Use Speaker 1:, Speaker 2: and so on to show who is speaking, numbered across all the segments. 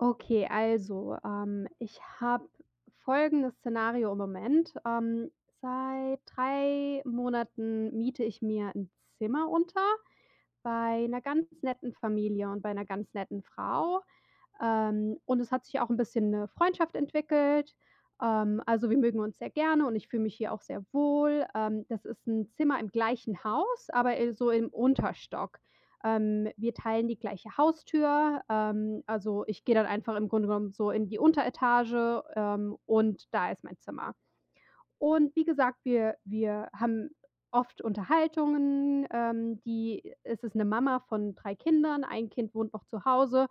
Speaker 1: Okay, also, ich habe folgendes Szenario im Moment. Seit 3 Monaten miete ich mir ein Zimmer unter bei 'ner ganz netten Familie und bei 'ner ganz netten Frau. Und es hat sich auch 'n bisschen 'ne Freundschaft entwickelt. Also, wir mögen uns sehr gerne und ich fühle mich hier auch sehr wohl. Das ist 'n Zimmer im gleichen Haus, aber, so im Unterstock. Wir teilen die gleiche Haustür. Also, ich gehe dann einfach im Grunde genommen so in die Unteretage, und da ist mein Zimmer. Und wie gesagt, wir haben oft Unterhaltungen, die es ist eine Mama von 3 Kindern, ein Kind wohnt noch zu Hause.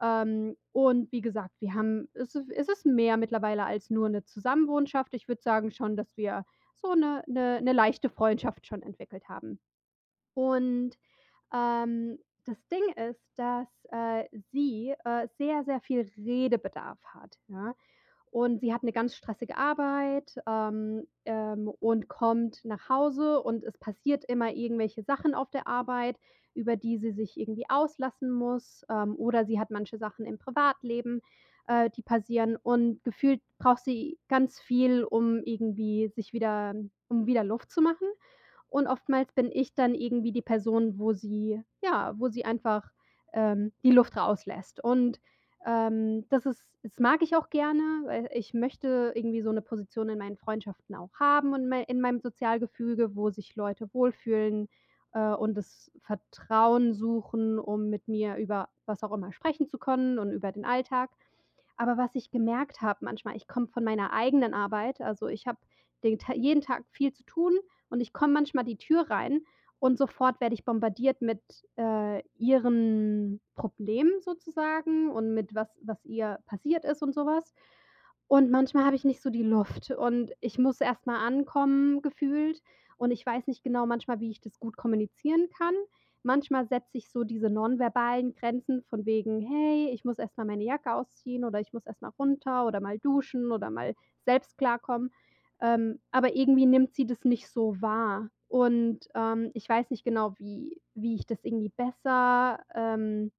Speaker 1: Und wie gesagt, wir haben es ist mehr mittlerweile als nur eine Zusammenwohnschaft. Ich würde sagen schon, dass wir so eine 'ne leichte Freundschaft schon entwickelt haben. Und, ähm, das Ding ist, dass, sie, sehr, sehr viel Redebedarf hat, ja? Und sie hat eine ganz stressige Arbeit, und kommt nach Hause und es passiert immer irgendwelche Sachen auf der Arbeit, über die sie sich irgendwie auslassen muss, oder sie hat manche Sachen im Privatleben, die passieren und gefühlt braucht sie ganz viel, um irgendwie sich wieder um wieder Luft zu machen. Und oftmals bin ich dann irgendwie die Person, wo sie einfach, die Luft rauslässt. Und, das mag ich auch gerne, weil ich möchte irgendwie so eine Position in meinen Freundschaften auch haben und mei in meinem Sozialgefüge, wo sich Leute wohlfühlen, und das Vertrauen suchen, um mit mir über was auch immer sprechen zu können und über den Alltag. Aber was ich gemerkt habe manchmal, ich komme von meiner eigenen Arbeit, also ich habe den Ta jeden Tag viel zu tun und ich komme manchmal die Tür rein und sofort werde ich bombardiert mit, ihren Problemen sozusagen und mit was ihr passiert ist und sowas. Und manchmal habe ich nicht so die Luft und ich muss erst mal ankommen gefühlt und ich weiß nicht genau manchmal, wie ich das gut kommunizieren kann. Manchmal setze ich so diese nonverbalen Grenzen von wegen: „Hey, ich muss erst mal meine Jacke ausziehen oder ich muss erst mal runter oder mal duschen oder mal selbst klarkommen." Aber irgendwie nimmt sie das nicht so wahr. Und, ich weiß nicht genau, wie ich das irgendwie besser,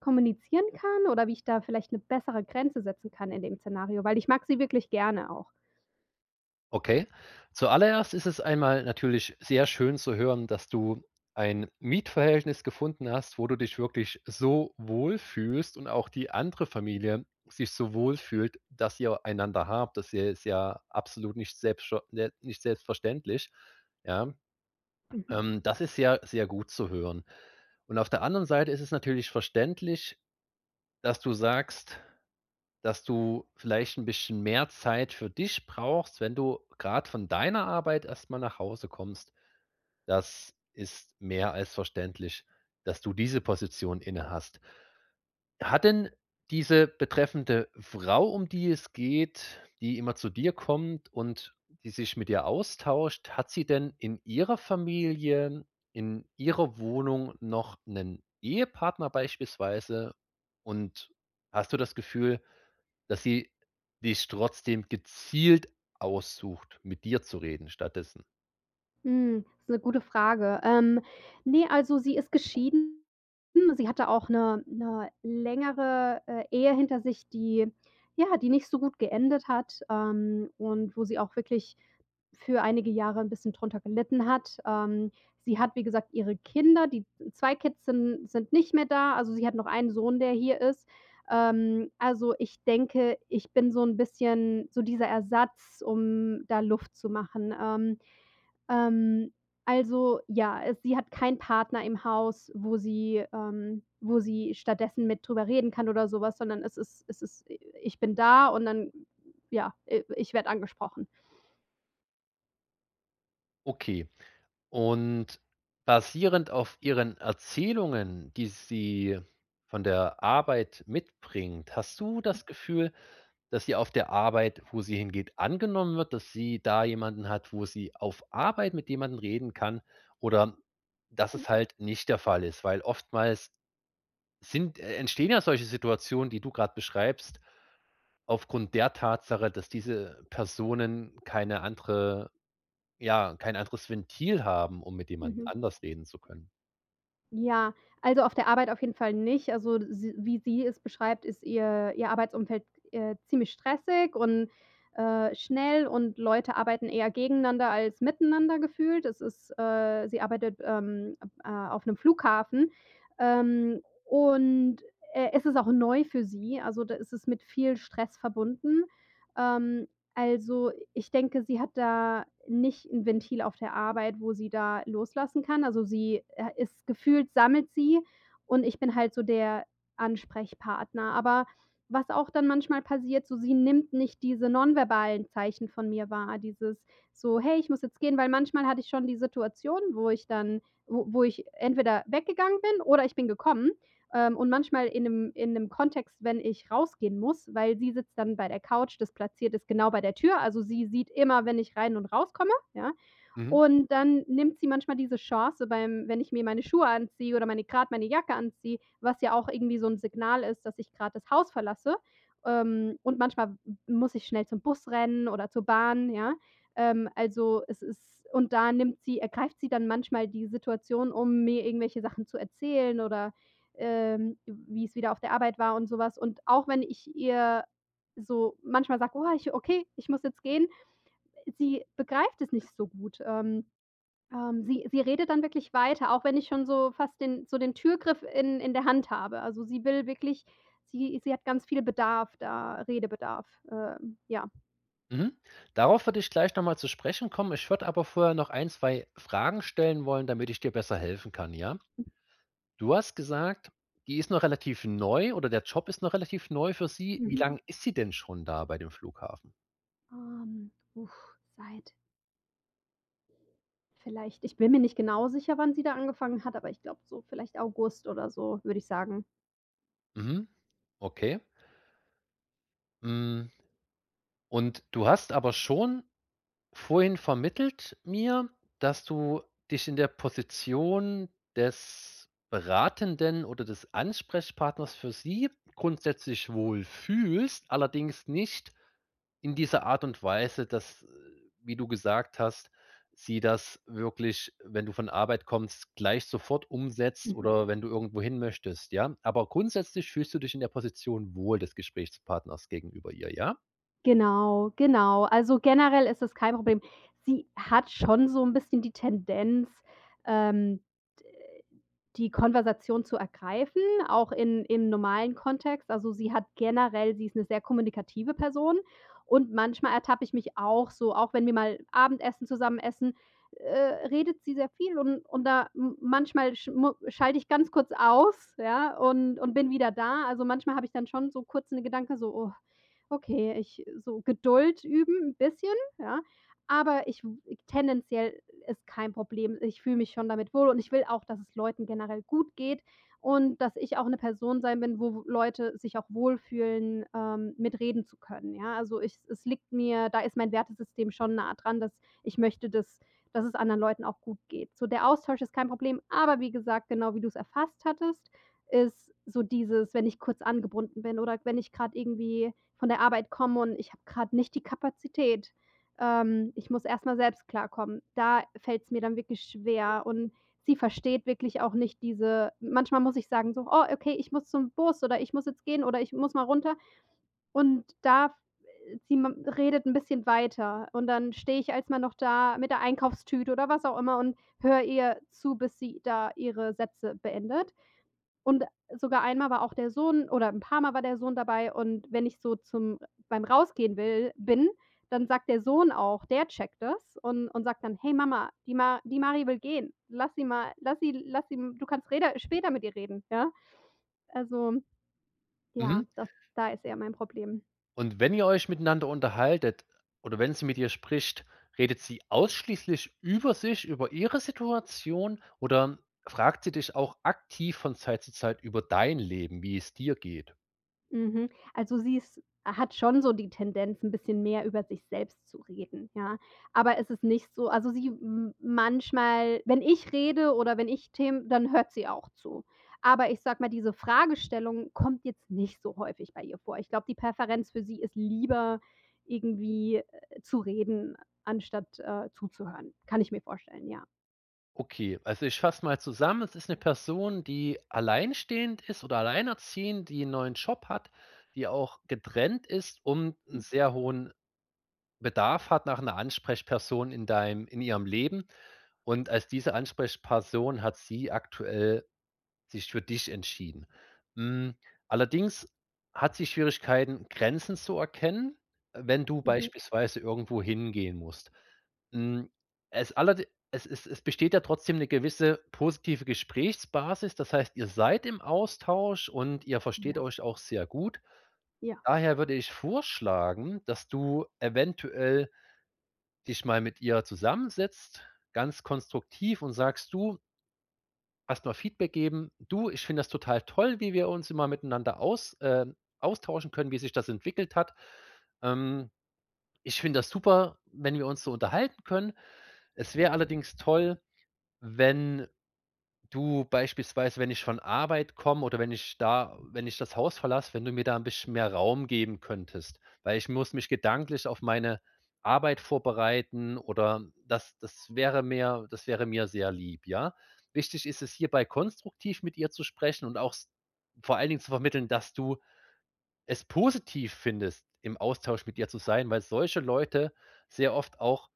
Speaker 1: kommunizieren kann oder wie ich da vielleicht eine bessere Grenze setzen kann in dem Szenario, weil ich mag sie wirklich gerne auch.
Speaker 2: Okay. Zuallererst ist es einmal natürlich sehr schön zu hören, dass du ein Mietverhältnis gefunden hast, wo du dich wirklich so wohl fühlst und auch die andere Familie sich so wohl fühlt, dass ihr einander habt. Das hier ist ja absolut nicht selbstverständlich. Ja,
Speaker 1: Mhm.
Speaker 2: das ist ja sehr gut zu hören. Und auf der anderen Seite ist es natürlich verständlich, dass du sagst, dass du vielleicht ein bisschen mehr Zeit für dich brauchst, wenn du gerade von deiner Arbeit erst mal nach Hause kommst. Das ist mehr als verständlich, dass du diese Position inne hast. Hat denn diese betreffende Frau, um die es geht, die immer zu dir kommt und die sich mit dir austauscht, hat sie denn in ihrer Familie, in ihrer Wohnung noch einen Ehepartner beispielsweise? Und hast du das Gefühl, dass sie dich trotzdem gezielt aussucht, mit dir zu reden stattdessen?
Speaker 1: Ist 'ne gute Frage. Ne, also sie ist geschieden. Sie hatte auch 'ne längere, Ehe hinter sich, die nicht so gut geendet hat, und wo sie auch wirklich für einige Jahre 'n bisschen drunter gelitten hat. Sie hat, wie gesagt, ihre Kinder, die 2 Kids sind nicht mehr da. Also, sie hat noch einen Sohn, der hier ist. Also, ich denke, ich bin so 'n bisschen so dieser Ersatz, um da Luft zu machen. Ähm, also, ja, es sie hat keinen Partner im Haus, wo sie stattdessen mit drüber reden kann oder sowas, sondern es ist: „Ich bin da" und dann, ja, ich werde angesprochen.
Speaker 2: Okay. Und basierend auf Ihren Erzählungen, die sie von der Arbeit mitbringt, hast du das Gefühl, dass sie auf der Arbeit, wo sie hingeht, angenommen wird, dass sie da jemanden hat, wo sie auf Arbeit mit jemandem reden kann, oder dass
Speaker 1: Hm.
Speaker 2: es halt nicht der Fall ist? Weil oftmals sind entstehen ja solche Situationen, die du gerade beschreibst, aufgrund der Tatsache, dass diese Personen keine andere ja, kein anderes Ventil haben, um mit jemand
Speaker 1: Mhm.
Speaker 2: anders reden zu können.
Speaker 1: Ja, also, auf der Arbeit auf jeden Fall nicht. Also, sie wie sie es beschreibt, ist ihr Arbeitsumfeld, ziemlich stressig und, schnell und Leute arbeiten eher gegeneinander als miteinander gefühlt. Sie arbeitet, auf einem Flughafen, und, es ist auch neu für sie. Also, da ist es mit viel Stress verbunden. Ähm also, ich denke, sie hat da nicht 'n Ventil auf der Arbeit, wo sie da loslassen kann. Also, sie, ist gefühlt sammelt sie und ich bin halt so der Ansprechpartner. Aber was auch dann manchmal passiert, so sie nimmt nicht diese nonverbalen Zeichen von mir wahr, dieses so: „Hey, ich muss jetzt gehen", weil manchmal hatte ich schon die Situation, wo ich entweder weggegangen bin oder ich bin gekommen, und manchmal in einem Kontext, wenn ich rausgehen muss, weil sie sitzt dann bei der Couch, das platziert ist genau bei der Tür. Also, sie sieht immer, wenn ich rein und rauskomme, ja?
Speaker 2: Mhm,
Speaker 1: Und dann nimmt sie manchmal diese Chance beim wenn ich mir meine Schuhe anziehe oder meine gerade meine Jacke anziehe, was ja auch irgendwie so ein Signal ist, dass ich gerade das Haus verlasse. Und manchmal muss ich schnell zum Bus rennen oder zur Bahn, ja? Also, es ist und da nimmt sie ergreift sie dann manchmal die Situation, um mir irgendwelche Sachen zu erzählen oder, wie es wieder auf der Arbeit war und sowas. Und auch wenn ich ihr so manchmal sage: „Oh, ich okay, ich muss jetzt gehen", sie begreift es nicht so gut. Sie redet dann wirklich weiter, auch wenn ich schon so fast den so den Türgriff in der Hand habe. Also, sie will wirklich sie hat ganz viel Bedarf da Redebedarf, ja.
Speaker 2: mhm. Darauf würde ich gleich nochmal zu sprechen kommen. Ich würde aber vorher noch ein, 2 Fragen stellen wollen, damit ich dir besser helfen kann, ja? Du hast gesagt, die ist noch relativ neu oder der Job ist noch relativ neu für sie. Wie
Speaker 1: Mhm.
Speaker 2: lange ist sie denn schon da bei dem Flughafen?
Speaker 1: Uff, seit vielleicht ich bin mir nicht genau sicher, wann sie da angefangen hat, aber ich glaube so vielleicht August oder so, würde ich sagen.
Speaker 2: Mhm, okay. Hm, und du hast aber schon vorhin vermittelt mir, dass du dich in der Position des Beratenden oder des Ansprechpartners für sie grundsätzlich wohl fühlst, allerdings nicht in dieser Art und Weise, dass, wie du gesagt hast, sie das wirklich, wenn du von Arbeit kommst, gleich sofort umsetzt oder wenn du irgendwo hin möchtest, ja? Aber grundsätzlich fühlst du dich in der Position wohl des Gesprächspartners gegenüber ihr, ja?
Speaker 1: Genau, genau. Also, generell ist das kein Problem. Sie hat schon so 'n bisschen die Tendenz, ähm, d die Konversation zu ergreifen, auch in im normalen Kontext. Also, sie hat generell sie ist 'ne sehr kommunikative Person und manchmal ertappe ich mich auch so, auch wenn wir mal Abendessen zusammen essen, redet sie sehr viel und da m manchmal schmu schalte ich ganz kurz aus, ja, und bin wieder da. Also, manchmal habe ich dann schon so kurz 'ne Gedanke so: „Oh, okay, ich so Geduld üben 'n bisschen, ja, aber ich w tendenziell ist kein Problem. Ich fühle mich schon damit wohl und ich will auch, dass es Leuten generell gut geht und dass ich auch 'ne Person sein bin, wo Leute sich auch wohlfühlen, mit reden zu können, ja? Also, ich es liegt mir da ist mein Wertesystem schon nah dran, dass ich möchte, dass es anderen Leuten auch gut geht. So, der Austausch ist kein Problem, aber wie gesagt, genau wie du's erfasst hattest, ist so dieses, wenn ich kurz angebunden bin oder wenn ich grad irgendwie von der Arbeit komme und ich habe gerade nicht die Kapazität. Ich muss erst mal selbst klarkommen. Da fällt es mir dann wirklich schwer und sie versteht wirklich auch nicht diese manchmal muss ich sagen so: „Oh, okay, ich muss zum Bus oder ich muss jetzt gehen oder ich muss mal runter." Und da sie ma redet ein bisschen weiter und dann stehe ich als mal noch da mit der Einkaufstüte oder was auch immer und höre ihr zu, bis sie da ihre Sätze beendet. Und sogar einmal war auch der Sohn oder ein paar Mal war der Sohn dabei und wenn ich so zum beim Rausgehen will bin, dann sagt der Sohn auch, der checkt das und sagt dann: „Hey Mama, die Mari will gehen. Lass sie, du kannst reder später mit ihr reden", ja? Also,
Speaker 2: Mhm.
Speaker 1: ja, das da ist eher mein Problem.
Speaker 2: Und wenn ihr euch miteinander unterhaltet oder wenn sie mit dir spricht, redet sie ausschließlich über sich, über ihre Situation, oder fragt sie dich auch aktiv von Zeit zu Zeit über dein Leben, wie es dir geht?
Speaker 1: Mhm. Also sie ist hat schon so die Tendenz, ein bisschen mehr über sich selbst zu reden, ja. Aber es ist nicht so, also sie m manchmal wenn ich rede oder wenn ich Themen, dann hört sie auch zu. Aber ich sag mal, diese Fragestellung kommt jetzt nicht so häufig bei ihr vor. Ich glaube, die Präferenz für sie ist lieber irgendwie, zu reden, anstatt, zuzuhören. Kann ich mir vorstellen, ja.
Speaker 2: Okay, also ich fasse mal zusammen. Es ist eine Person, die alleinstehend ist oder alleinerziehend, die einen neuen Job hat, die auch getrennt ist und einen sehr hohen Bedarf hat nach einer Ansprechperson in ihrem Leben. Und als diese Ansprechperson hat sie aktuell sich für dich entschieden. Hm, allerdings hat sie Schwierigkeiten, Grenzen zu erkennen, wenn du
Speaker 1: Mhm.
Speaker 2: beispielsweise irgendwo hingehen musst. Hm, es allerde es besteht ja trotzdem eine gewisse positive Gesprächsbasis. Das heißt, ihr seid im Austausch und ihr
Speaker 1: Ja.
Speaker 2: versteht euch auch sehr gut.
Speaker 1: Ja.
Speaker 2: Daher würde ich vorschlagen, dass du eventuell dich mal mit ihr zusammensetzt, ganz konstruktiv, und sagst: „Du, erst mal Feedback geben: „Du, ich finde das total toll, wie wir uns immer miteinander austauschen können, wie sich das entwickelt hat. Ähm, ich finde das super, wenn wir uns so unterhalten können. Es wäre allerdings toll, wenn du, beispielsweise, wenn ich von Arbeit komme oder wenn ich das Haus verlasse, wenn du mir da ein bisschen mehr Raum geben könntest, weil ich muss mich gedanklich auf meine Arbeit vorbereiten, oder das wäre mir sehr lieb, ja? Wichtig ist es, hierbei konstruktiv mit ihr zu sprechen und auch s vor allen Dingen zu vermitteln, dass du es positiv findest, im Austausch mit ihr zu sein, weil solche Leute sehr oft auch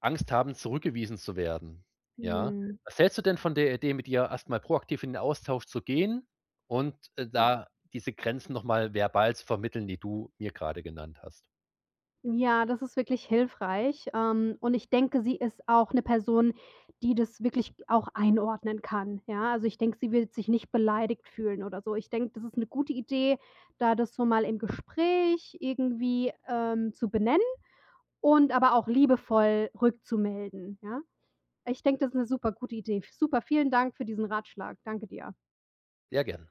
Speaker 2: Angst haben, zurückgewiesen zu werden, ja? Mhm.
Speaker 1: Mhm.
Speaker 2: Was hältst du denn von der Idee, mit ihr erst mal proaktiv in den Austausch zu gehen und,
Speaker 1: Ja.
Speaker 2: da diese Grenzen noch mal verbal zu vermitteln, die du mir grade genannt hast?
Speaker 1: Ja, das ist wirklich hilfreich. Und ich denke, sie ist auch eine Person, die das wirklich auch einordnen kann, ja? Also, ich denke, sie wird sich nicht beleidigt fühlen oder so. Ich denke, das ist eine gute Idee, da das so mal im Gespräch irgendwie, zu benennen und aber auch liebevoll rückzumelden, ja? Ich denke, das ist eine super gute Idee. Super, vielen Dank für diesen Ratschlag. Danke dir.
Speaker 2: Sehr gerne.